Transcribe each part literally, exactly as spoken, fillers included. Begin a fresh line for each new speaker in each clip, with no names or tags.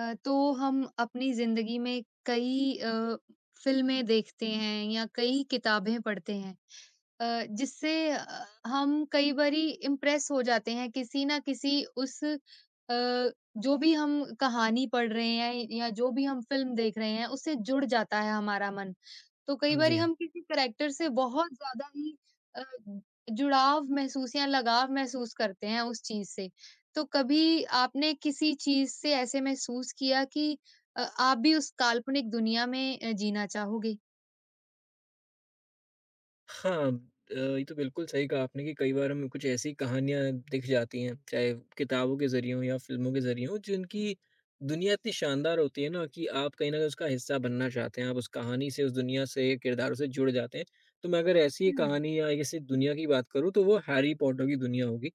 अ, तो हम अपनी ज़िंदगी में कई अ, फ़िल्में देखते हैं या कई किताबें पढ़ते हैं। अ, जिससे अ, हम कई बारी इम्प्रेस हो जाते हैं किसी ना किसी उस अ, जो भी हम कहानी पढ़ रहे हैं या जो भी हम फ़िल्म देख रहे हैं, उससे जुड़ जाता है हमारा मन। तो कई बारी
जी हाँ।
हम किसी करैक्टर से बहुत ज़्यादा ही अ, जुड़ाव महसूस या लगाव महसूस करते हैं उस चीज़ से। तो कभी आपने किसी चीज़ से ऐसे महसूस किया कि अ, आप भी उस काल्पनिक दुनिया में अ, जीना चाहोगे?
हाँ, अ, ये तो बिल्कुल सही कहा आपने कि कई बार हमें कुछ ऐसी कहानियाँ दिख जाती हैं, चाहे किताबों के ज़रिए हों या फ़िल्मों के ज़रिए हों, जिनकी दुनिया इतनी शानदार होती है ना कि आप कहीं न कहीं उसका हिस्सा बनना चाहते हैं, आप उस कहानी से, उस दुनिया से, किरदारों से जुड़ जाते हैं। तो मैं अगर ऐसी
हुँ,
कहानी या ऐसी दुनिया की बात करूँ, तो वो हैरी पॉटर की दुनिया होगी,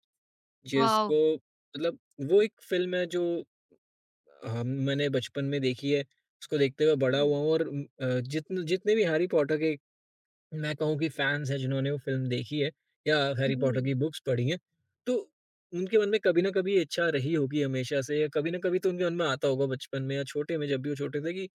वॉव!
जिसको मतलब वो एक फ़िल्म है जो हम मैंने बचपन में देखी है, उसको देखते हुए बड़ा
हुँ,
हुआ हूँ और उम, अ, जितन जितने भी हैरी पॉटर के मैं कहूँ कि फैन्स हैं जिन्होंने वो फ़िल्म देखी है या हैरी पॉटर
जी।
की बुक्स पढ़ी हैं, तो उनके मन में कभी न कभी ये इच्छा रही होगी हमेशा से या कभी न कभी तो उनके मन में आता होगा बचपन में या छोटे में जब भी वो छोटे थे कि अ,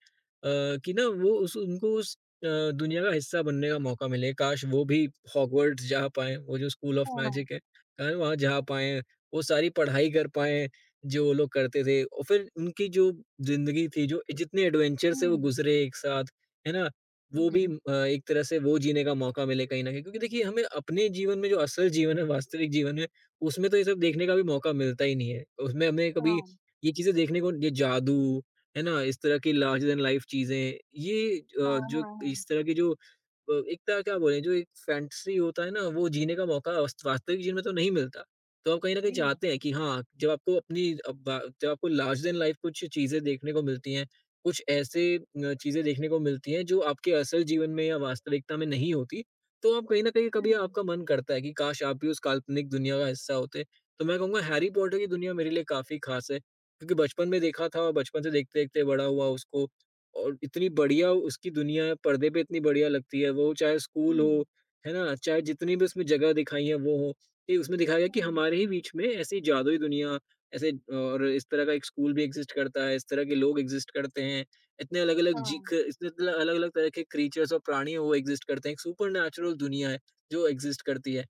कि ना वो उस उनको उस अ, दुनिया का हिस्सा बनने का मौका मिले। काश वो भी हॉगवर्ट्स जा पाएँ, वो जो स्कूल ऑफ
हाँ,
मैजिक है, काश वहाँ जा पाएँ, वो सारी पढ़ाई कर पाएँ जो वो लोग करते थे और फिर उनकी जो ज़िंदगी थी, जो जितने एडवेंचर से वो
हुँ,
गुज़रे एक साथ, है ना? वो भी
हुँ,
अ, एक तरह से वो जीने का मौका मिले कहीं न कहीं क्योंकि देखिए हमें अपने जीवन में जो असल जीवन है, वास्तविक जीवन है, उसमें तो ये सब देखने का भी मौका मिलता ही नहीं है। उसमें हमें कभी
हाँ,
ये चीज़ें देखने को ये जादू, है ना? इस तरह की लार्जर दैन लाइफ चीज़ें ये
हाँ,
अ,
हाँ,
जो
हाँ,
इस तरह की जो अ, एक तरह क्या बोलें जो एक फैंटेसी होता है ना, वो जीने का मौका वस्त वास्तविक जीवन में तो नहीं मिलता। तो आप कहीं न कहीं
जी,
चाहते हैं कि हाँ, जब आपको अपनी अब बा जब आपको लार्जर दैन लाइफ कुछ चीज़ें देखने को मिलती हैं कुछ ऐसे अ, चीज़ें देखने को मिलती हैं जो आपके असल जीवन में या वास्तविकता में नहीं होती, तो आप कहीं न कहीं कभी
हुँ,
आपका मन करता है कि काश आप भी उस काल्पनिक दुनिया का हिस्सा होते। तो मैं कहूँगा हैरी पॉटर की दुनिया मेरे लिए काफ़ी ख़ास है, क्योंकि बचपन में देखा था और बचपन से देखते-देखते बड़ा हुआ उसको और इतनी बढ़िया उसकी दुनिया है, पर्दे पे इतनी बढ़िया लगती है वो चाहे स्कूल
हुँ,
हो, है ना? चाहे जितनी भी उसमें जगह दिखाई है वो हो, ये उसमें दिखाया गया कि
हुँ,
हमारे ही बीच में ऐसी जादुई दुनिया ऐसे और इस तरह का एक स्कूल भी एग्ज़िस्ट करता है, इस तरह के लोग एग्ज़िस्ट करते हैं। इतने अलग-अलग जी
हाँ,
क इतने मतलब अलग-अलग तरह के क्रीचर्स और प्राणी वो एग्ज़िस्ट करते हैं। एक सुपरनैचुरल दुनिया है जो एग्ज़िस्ट करती है।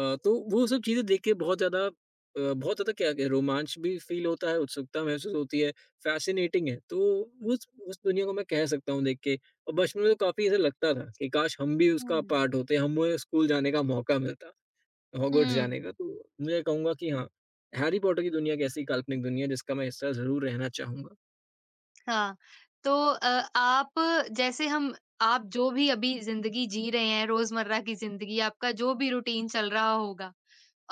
अ, तो वो सब चीज़ें देख के बहुत ज़्यादा अ, बहुत ज़्यादा क्या कहें रोमांच भी फ़ील होता है, उत्सुकता महसूस होती है, फ़ैसिनेटिंग है। तो उस उस दुनिया को मैं कह सकता हूँ देख के और बचपन में तो काफ़ी ऐसा लगता था कि काश हम भी उसका
हुँ,
पार्ट होते, हमें स्कूल जाने का मौका मिलता। हॉगवर्ट्स
हुँ,
जाने का, तो मैं कहूँगा कि हाँ, हैरी पॉटर की दुनिया एक ऐसी काल्पनिक दुनिया है जिसका मैं हिस्सा ज़रूर रहना चाहूँगा।
हाँ। तो अ, आप जैसे हम आप जो भी अभी ज़िंदगी जी रहे हैं, रोज़मर्रा की ज़िंदगी, आपका जो भी रूटीन चल रहा होगा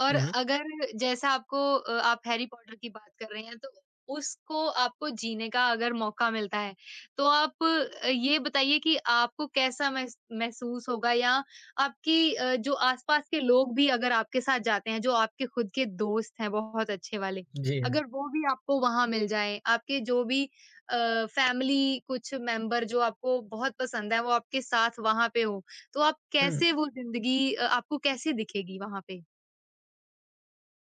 और
हुँ, हुँ।
अगर जैसा आपको अ, आप हैरी पॉटर की बात कर रहे हैं तो उसको आपको जीने का अगर मौका मिलता है, तो आप अ, ये बताइए कि आपको कैसा महस महसूस होगा या आपकी अ, जो आस-पास के लोग भी अगर आपके साथ जाते हैं, जो आपके खुद के दोस्त हैं बहुत अच्छे वाले,
जी हाँ।
अगर वो भी आपको वहाँ मिल जाएँ, आपके जो भी अ, फैमिली कुछ मेंबर जो आपको बहुत पसंद है, वो आपके साथ वहाँ पे हो, तो आप
हुँ।
कैसे वो ज़िंदगी अ, आपको कैसे दिखेगी वहाँ पे?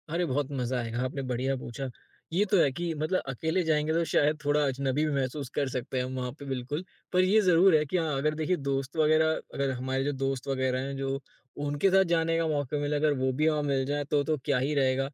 अरे! बहुत मज़ा आएगा, आपने बढ़िया पूछा। ये तो है कि मतलब अकेले जाएँगे तो शायद थोड़ा अजनबी भी महसूस कर सकते हैं हम वहाँ पे बिल्कुल। पर ये ज़रूर है कि हाँ, अगर देखिए दोस्त वग़ैरह अगर हमारे जो दोस्त वग़ैरह हैं जो उनके साथ जाने का मौका मिला अगर वो भी वहाँ मिल जाएँ तो तो क्या ही रहेगा।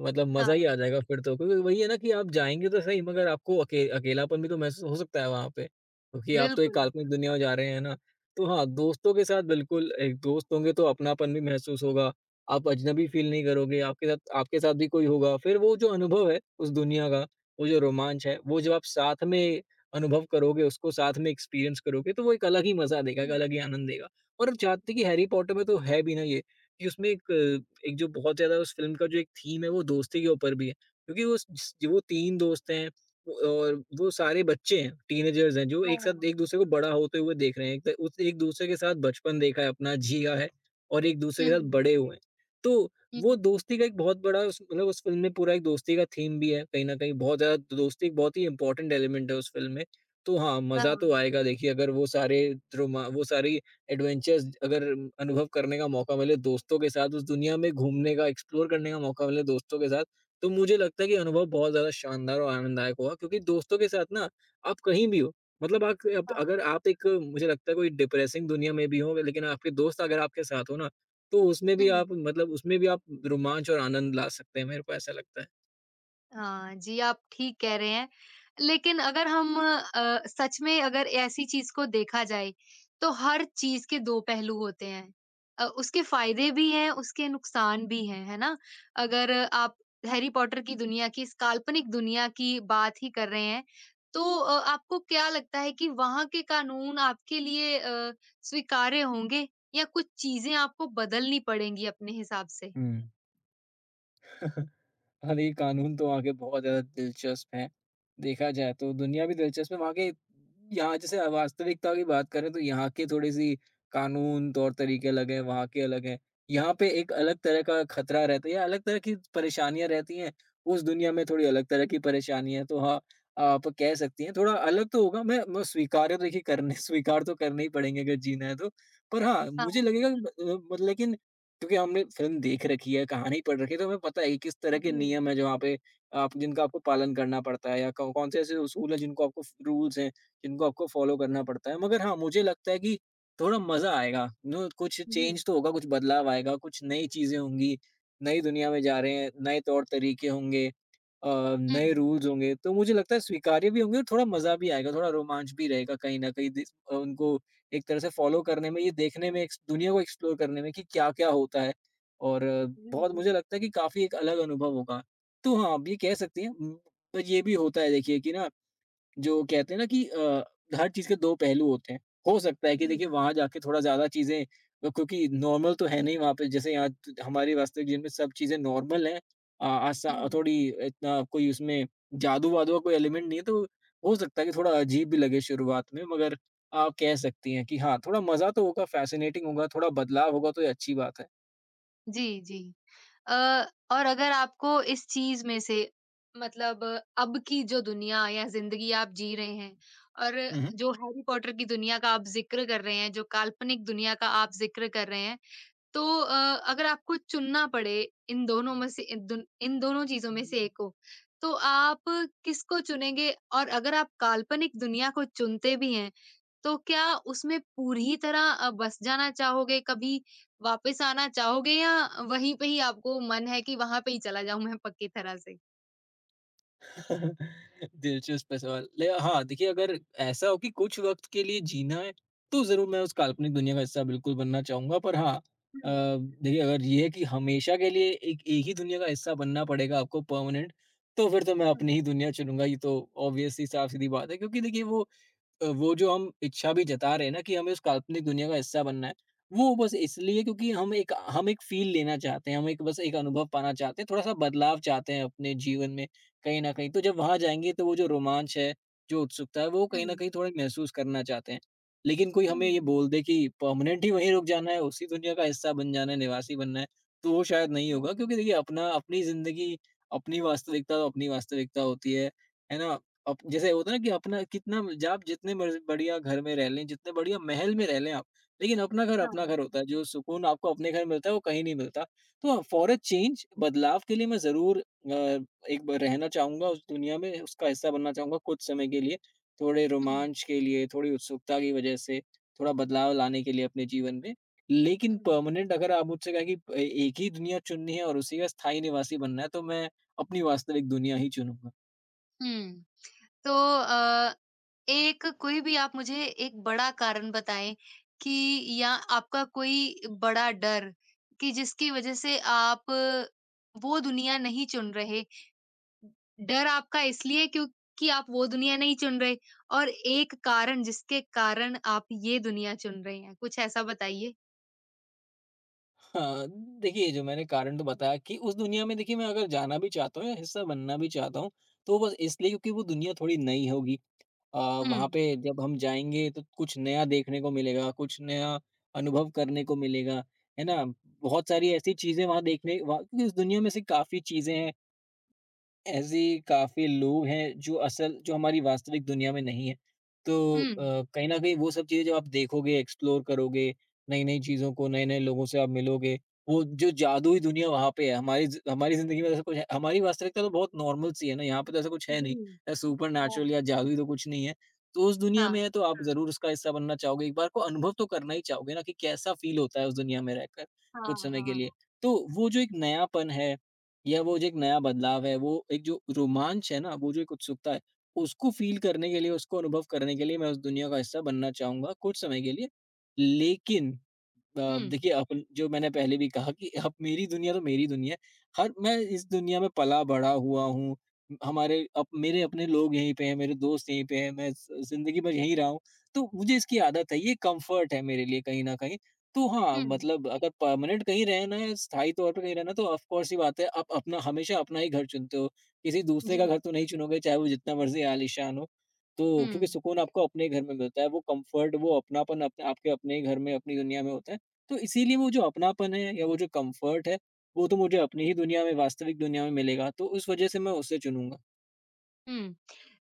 मतलब
हाँ।
मज़ा ही आ जाएगा फिर तो। क्योंकि वही है ना कि आप जाएँगे तो सही मगर आपको अके अकेलापन भी तो महसूस हो सकता है वहाँ पे। क्योंकि आप तो एक
बिल्कुल।
काल्पनिक दुनिया में जा रहे हैं ना। तो हाँ, दोस्तों के साथ बिल्कुल एक दोस्त होंगे तो अपनापन भी महसूस होगा। आप अजनबी फ़ील नहीं करोगे, आपके साथ आपके साथ भी कोई होगा, फिर वो जो अनुभव है उस दुनिया का, वो जो रोमांच है, वो जब आप साथ में अनुभव करोगे, उसको साथ में एक्सपीरियंस करोगे, तो वो एक अलग ही मज़ा देगा, एक
हुँ।
अलग ही आनंद देगा। और चाहते कि हैरी पॉटर में तो है भी ना ये, कि उसमें एक अ, एक जो बहुत ज़्यादा उस फ़िल्म का जो एक थीम है, वो दोस्ती के ऊपर भी है। क्योंकि वो स वो तीन दोस्त हैं वो- और वो सारे बच्चे हैं, टीनेजर्स हैं, जो एक साथ
हाँ।
एक-दूसरे को बड़ा होते हुए देख रहे हैं। एक त उस एक-दूसरे के साथ बचपन देखा है अपना, जिया है और एक-दूसरे
हुँ,
के साथ
हुँ।
बड़े हुए हैं। तो वो
हुँ।
दोस्ती का एक बहुत बड़ा उस मतलब उस फ़िल्म में पूरा एक दोस्ती का थीम भी है कहीं न कहीं बहुत ज़्यादा दोस्ती एक बहुत ही इम्पोर्टेंट एलिमेंट है उस फ़िल्म में। तो हाँ,
हाँ,
मज़ा तो आएगा देखिए अगर वो सारे रोमा वो सारी एडवेंचर्स अगर अनुभव करने का मौका मिले दोस्तों के साथ, उस दुनिया में घूमने का, एक्सप्लोर करने का मौका मिले दोस्तों के साथ, तो मुझे लगता है कि अनुभव बहुत ज़्यादा शानदार और आनंददायक होगा क्योंकि दोस्तों के साथ ना आप कहीं भी हो, मतलब आप आप-
हाँ।
अगर आप एक मुझे लगता है कोई डिप्रेसिंग दुनिया में भी हो लेकिन आपके दोस्त अगर आपके साथ हो ना तो उसमें भी
हुँ।
आप मतलब उसमें भी आप रोमांच और आनंद ला सकते हैं, मेरे को ऐसा लगता है।
हाँ, जी, आप ठीक कह रहे हैं। लेकिन अगर हम अ, सच में अगर ऐसी चीज़ को देखा जाए, तो हर चीज़ के दो पहलू होते हैं। अ, उसके फ़ायदे भी हैं, उसके नुकसान भी हैं, है ना? अगर आप हैरी पॉटर की दुनिया की, इस काल्पनिक दुनिया की बात ही कर रहे हैं, तो अ, आपको क्या लगता है कि वहाँ के कानून आपके लिए अ, स्वीकार्य होंगे या कुछ चीज़ें आपको बदलनी पड़ेंगी अपने हिसाब से?
हुँ। हालाँकि कानून तो वहाँ के बहुत ज़्यादा दिलचस्प हैं। देखा जाए तो दुनिया भी दिलचस्प है, वहाँ के यहाँ जैसे वास्तविकता की बात करें तो यहाँ के थोड़ी-सी कानून, तौर-तरीके अलग हैं, वहाँ के अलग हैं। यहाँ पे एक अलग तरह का खतरा रहता है या अलग तरह की परेशानियाँ रहती हैं, उस दुनिया में थोड़ी अलग तरह की परेशानियाँ हैं। तो हाँ, आप कह सकती हैं थोड़ा अलग तो होगा मैं म स्वीकार्य तो देखिए करने स्वीकार तो करने ही पड़ेंगे अगर जीना है तो। पर हाँ, मुझे
हाँ,
लगेगा अ, मतलब कि क्योंकि हमने फ़िल्म देख रखी है, कहानी पढ़ रखी है, तो हमें पता है कि किस
जी,
तरह के
जी।
नियम हैं, जहाँ पे आप जिनका आपको पालन करना पड़ता है या कौ कौन से ऐसे उसूल हैं, जिनको आपको फ रूल्स हैं, जिनको आपको फ़ॉलो करना पड़ता है। मगर हाँ, मुझे लगता है कि थोड़ा मज़ा आएगा, नो कुछ चेंज तो होगा, कुछ बदलाव आएगा, कुछ नई चीज़ें होंगी, नई दुनिया में जा रहे हैं, नए तौर-तरीके होंगे अ,
हुँ।
नए रूल्स होंगे, तो मुझे लगता है स्वीकार्य भी होंगे और थोड़ा मज़ा भी आएगा, थोड़ा रोमांच भी रहेगा कहीं न कहीं दिस अ, उनको एक तरह से फॉलो करने में, ये देखने में, एक्स दुनिया को एक्सप्लोर करने में कि क्या-क्या होता है और अ,
जी,
बहुत
जी।
मुझे लगता है कि काफ़ी एक अलग अनुभव होगा। तो हाँ, आप ये कह सकती हैं उम, पर ये भी होता है देखिए कि ना जो कहते हैं ना कि अ, हर चीज़ के दो पहलू होते हैं। हो सकता है कि
जी,
देखिए वहाँ जाके थोड़ा ज़्यादा चीज़ें अ, क्योंकि नॉर्मल तो है नहीं वहाँ पे जैसे यहाँ त हमारे वास्तविक जीवन में सब चीज़ें नॉर्मल हैं। अ, आसा
हुँ।
थोड़ी इतना कोई उसमें जादू-वादू का कोई एलिमेंट नहीं है तो हो सकता है कि थोड़ा अजीब भी लगे शुरुआत में मगर आप कह सकती हैं कि हाँ, थोड़ा मज़ा तो होगा, फ़ैसिनेटिंग होगा, थोड़ा बदलाव होगा तो ये अच्छी बात है।
जी, जी। अ, और अगर आपको इस चीज़ में से मतलब अब की जो दुनिया या ज़िंदगी आप जी रहे हैं और
हुँ, हुँ।
जो हैरी पॉटर की दुनिया का आप ज़िक्र कर रहे हैं, जो काल्पनिक दुनिया का आप ज़िक्र कर रहे हैं, तो अ, अगर आपको चुनना पड़े इन दोनों में से इन दुन इन दोनों चीज़ों में से एक को, तो आप किसको चुनेंगे? और अगर आप काल्पनिक दुनिया को चुनते भी हैं, तो क्या उसमें पूरी तरह अ, बस जाना चाहोगे, कभी वापस आना चाहोगे या वहीं पे ही आपको मन है कि वहाँ पे ही चला जाऊँ मैं पक्की तरह से?
दिलचस्प है सवाल। ले हाँ, देखिए अगर ऐसा हो कि कुछ वक़्त के लिए जीना है, तो ज़रूर मैं उस काल्पनिक दुनिया का हिस्सा बिल्कुल बनना चाहूँगा। पर हाँ अ,
हुँ,
देखिए अगर ये है कि हमेशा के लिए एक एक ही दुनिया का हिस्सा बनना पड़ेगा आपको परमानेंट, तो फिर तो मैं अपनी
हुँ,
ही दुनिया चुनूँगा। ये तो ऑब्वियस सी साफ-सीधी बात है क्योंकि देखिए वो अ, वो जो हम इच्छा भी जता रहे हैं ना कि हमें उस काल्पनिक दुनिया का हिस्सा बनना है, वो बस इसलिए क्योंकि हम एक हम एक फ़ील लेना चाहते हैं, हम एक बस एक अनुभव पाना चाहते हैं, थोड़ा-सा बदलाव चाहते हैं अपने जीवन में कहीं न कहीं। तो जब वहाँ जाएँगे तो वो जो रोमांच है, जो उत्सुकता है, वो कहीं न
हुँ,
कहीं थोड़ा महसूस करना चाहते हैं। लेकिन कोई हमें ये
हुँ,
बोल दे कि परमानेंट ही वहीं रुक जाना है, उसी दुनिया का हिस्सा बन जाना है, निवासी बनना है, तो वो शायद नहीं होगा
हुँ,
क्योंकि देखिए अपना अपनी ज़िंदगी, अपनी वास्तविकता तो अपनी वास्तविकता होती है, है ना? अप जैसे होता है ना कि अपना कितना ज आप जितने मर्ज़ बढ़िया घर में रह लें, जितने बढ़िया महल में रह लें आप, लेकिन अपना घर
हाँ,
अपना घर होता है। जो सुकून आपको अपने घर मिलता है, वो कहीं नहीं मिलता। तो फॉर अ चेंज बदलाव के लिए मैं ज़रूर अ, एक बार रहना चाहूँगा उस दुनिया में, उसका हिस्सा बनना चाहूँगा कुछ समय के लिए। थोड़े
हुँ,
रोमांच के लिए, थोड़ी उत्सुकता की वजह से, थोड़ा बदलाव लाने के लिए अपने जीवन में। लेकिन
हुँ।
परमानेंट अगर आप मुझसे कहें कि ए एक ही दुनिया चुननी है और उसी का स्थायी निवासी बनना है, तो मैं अपनी वास्तविक दुनिया ही चुनूँगा।
हुँ, तो अ, एक कोई भी आप मुझे एक बड़ा कारण बताएँ कि या आपका कोई बड़ा डर कि जिसकी वज़ह से आप वो दुनिया नहीं चुन रहे डर आपका इसलिए क्योंकि आप वो दुनिया नहीं चुन रहे और एक कारण जिसके कारण आप ये दुनिया चुन रहे हैं, कुछ ऐसा बताइए?
हाँ, देखिए जो मैंने कारण तो बताया कि उस दुनिया में देखिए मैं अगर जाना भी चाहता हूँ या हिस्सा बनना भी चाहता हूँ, तो बस इसलिए क्योंकि वो दुनिया थोड़ी नई होगी। अ,
हुँ,
वहाँ पे जब हम जाएँगे तो कुछ नया देखने को मिलेगा, कुछ नया अनुभव करने को मिलेगा, है ना? बहुत सारी ऐसी चीज़ें वहाँ देखने वहाँ क्योंकि इस दुनिया में से काफ़ी चीज़ें हैं ऐसे काफ़ी लोग हैं जो असल जो हमारी वास्तविक दुनिया में नहीं है। तो
हुँ।
अ, कहीं न कहीं वो सब चीज़ें जब आप देखोगे, एक्सप्लोर करोगे, नई-नई चीज़ों को, नए-नए लोगों से आप मिलोगे, वो जो जादुई दुनिया वहाँ पे है, हमारी ज़ि हमारी ज़िंदगी में तो ऐसा कुछ है हमारी वास्तविकता तो बहुत नॉर्मल सी है ना, यहाँ पे तो ऐसा कुछ है नहीं।
हुँ,
या
हाँ।
सुपरनैचुरल या जादुई तो कुछ नहीं है। तो उस दुनिया
हाँ।
में है तो आप हुँ। ज़रूर उसका हिस्सा बनना चाहोगे, एक बार को अनुभव तो करना ही चाहोगे ना कि कैसा फ़ील होता है उस दुनिया में रहकर
हाँ,
कुछ समय
हाँ,
के
हाँ।
लिए। तो वो जो एक नयापन है या वो जो एक नया बदलाव है, वो एक जो रोमांच है ना, वो जो एक उत्सुकता है, उसको फ़ील करने के लिए, उसको अनुभव करने के लिए मैं उस दुनिया का हिस्सा बनना चाहूँगा कुछ समय के लिए। लेकिन अ,
हुँ,
देखिए अपन जो मैंने पहले भी कहा कि अब मेरी दुनिया तो मेरी दुनिया है। हर मैं इस
हुँ।
दुनिया में पला-बड़ा हुआ हूँ। हमारे अप मेरे अपने लोग यहीं पे हैं, मेरे दोस्त यहीं पे हैं, मैं ज़ ज़िंदगी भर यहीं रहा हूँ। तो मुझे इसकी आदत है, ये कम्फ़र्ट है मेरे लिए कहीं न कहीं। तो हाँ,
हुँ।
मतलब अगर परमानेंट कहीं रहना है, स्थायी तौर पे कहीं रहना है, तो ऑफ़ कोर्स सी बात है, आप अपना हमेशा अपना ही घर चुनते हो। किसी
जी।
दूसरे का घर तो नहीं चुनोगे, चाहे वो जितना मर्ज़ी आलीशान हो। तो
हुँ,
क्योंकि सुकून आपको अपने घर में मिलता है, वो कम्फ़र्ट, वो अपनापन अपने आपके अपने ही घर में, अपनी दुनिया में होता है। तो इसीलिए वो जो अपनापन है या वो जो कम्फ़र्ट है, वो तो मुझे अपनी ही दुनिया में, वास्तविक दुनिया में मिलेगा। तो उस वज़ह से मैं उसे चुनूँगा।
हुँ।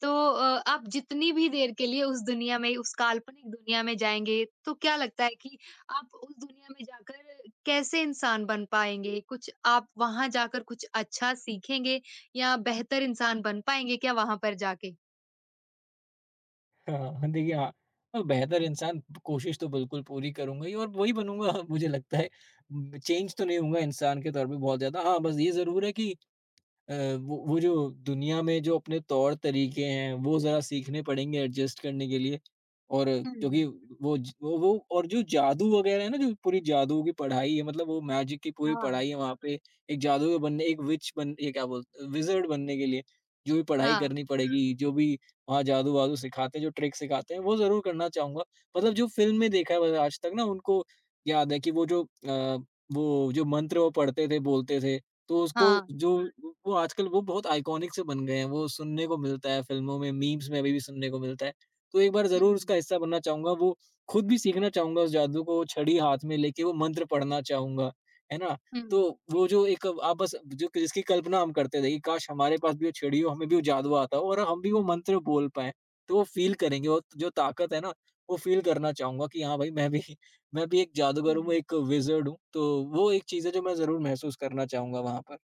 तो अ, आप जितनी भी देर के लिए उस दुनिया में, उस काल्पनिक दुनिया में जाएँगे, तो क्या लगता है कि आप उस दुनिया में जाकर कैसे इंसान बन पाएँगे? कुछ आप वहाँ जाकर कुछ अच्छा सीखेंगे या बेहतर इंसान बन पाएँगे क्या वहाँ पर जाके?
हाँ, देखिए हाँ, और बेहतर इंसान कोशिश तो बिल्कुल पूरी करूँगा ही और वही बनूँगा मुझे लगता है। चेंज तो नहीं होऊँगा इंसान के तौर पे बहुत ज़्यादा। हाँ, बस ये ज़रूर है कि अ, वो वो जो दुनिया में जो अपने तौर-तरीके हैं, वो ज़रा सीखने पड़ेंगे एडजस्ट करने के लिए। और क्योंकि
हुँ,
वो ज वो वो और जो जादू वगैरह है ना, जो पूरी जादू की पढ़ाई है, मतलब वो मैजिक की पूरी
हाँ।
पढ़ाई है वहाँ पे। एक जादूगर बनने एक विच बन ये क्या बोलते हैं विज़र्ड बनने के लिए जो भी पढ़ाई
हाँ,
करनी हुँ। पड़ेगी, जो भी वहाँ जादू-वादू सिखाते हैं, जो ट्रिक सिखाते हैं, वो ज़रूर करना चाहूँगा। मतलब जो फ़िल्म में देखा है मैंने आज तक ना, उनको याद है कि वो जो अ, वो जो मंत्र वो पढ़ते थे, बोलते थे तो उसको
हाँ।
जो वो आजकल वो बहुत आइकॉनिक से बन गए हैं, वो सुनने को मिलता है फ़िल्मों में, मीम्स में अभी भी सुनने को मिलता है। तो एक बार ज़रूर
हुँ,
उसका हिस्सा बनना चाहूँगा, वो खुद भी सीखना चाहूँगा उस जादू को, वो छड़ी हाथ में लेके वो मंत्र पढ़ना चाहूँगा, है ना?
हुँ,
तो वो जो एक आप बस जो जिसकी कल्पना हम करते थे कि काश हमारे पास भी वो छड़ी हो, हमें भी वो जादू आता हो और हम भी वो
हुँ,
मंत्र बोल पाएँ। तो वो फ़ील करेंगे, वो जो ताकत है ना, वो फ़ील करना चाहूँगा कि हाँ भाई मैं भी मैं भी एक जादूगर हूँ,
हुँ।
एक विज़र्ड हूँ, तो वो एक चीज़ है जो मैं ज़रूर महसूस करना चाहूँगा वहाँ पर।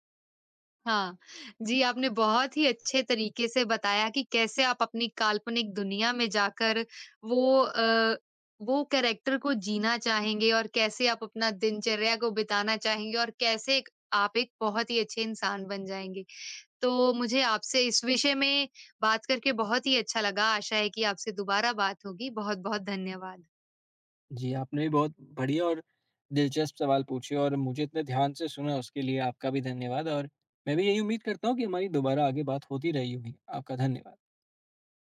हाँ, जी आपने बहुत ही अच्छे तरीके से बताया कि कैसे आप अपनी काल्पनिक दुनिया में जाकर वो अ, वो कैरेक्टर को जीना चाहेंगे और कैसे आप अपना दिनचर्या को बिताना चाहेंगे और कैसे एक आप एक बहुत ही अच्छे इंसान बन जाएँगे। तो मुझे आपसे इस विषय में बात करके बहुत ही अच्छा लगा, आशा है कि आपसे दोबारा बात होगी। बहुत-बहुत धन्यवाद।
जी, आपने भी बहुत बढ़िया और दिलचस्प सवाल पूछे और मुझे इतने ध्यान से सुना उसके लिए आपका भी धन्यवाद और मैं भी यही उम्मीद करता हूँ कि हमारी दोबारा आगे बात होती रही होगी। आपका धन्यवाद।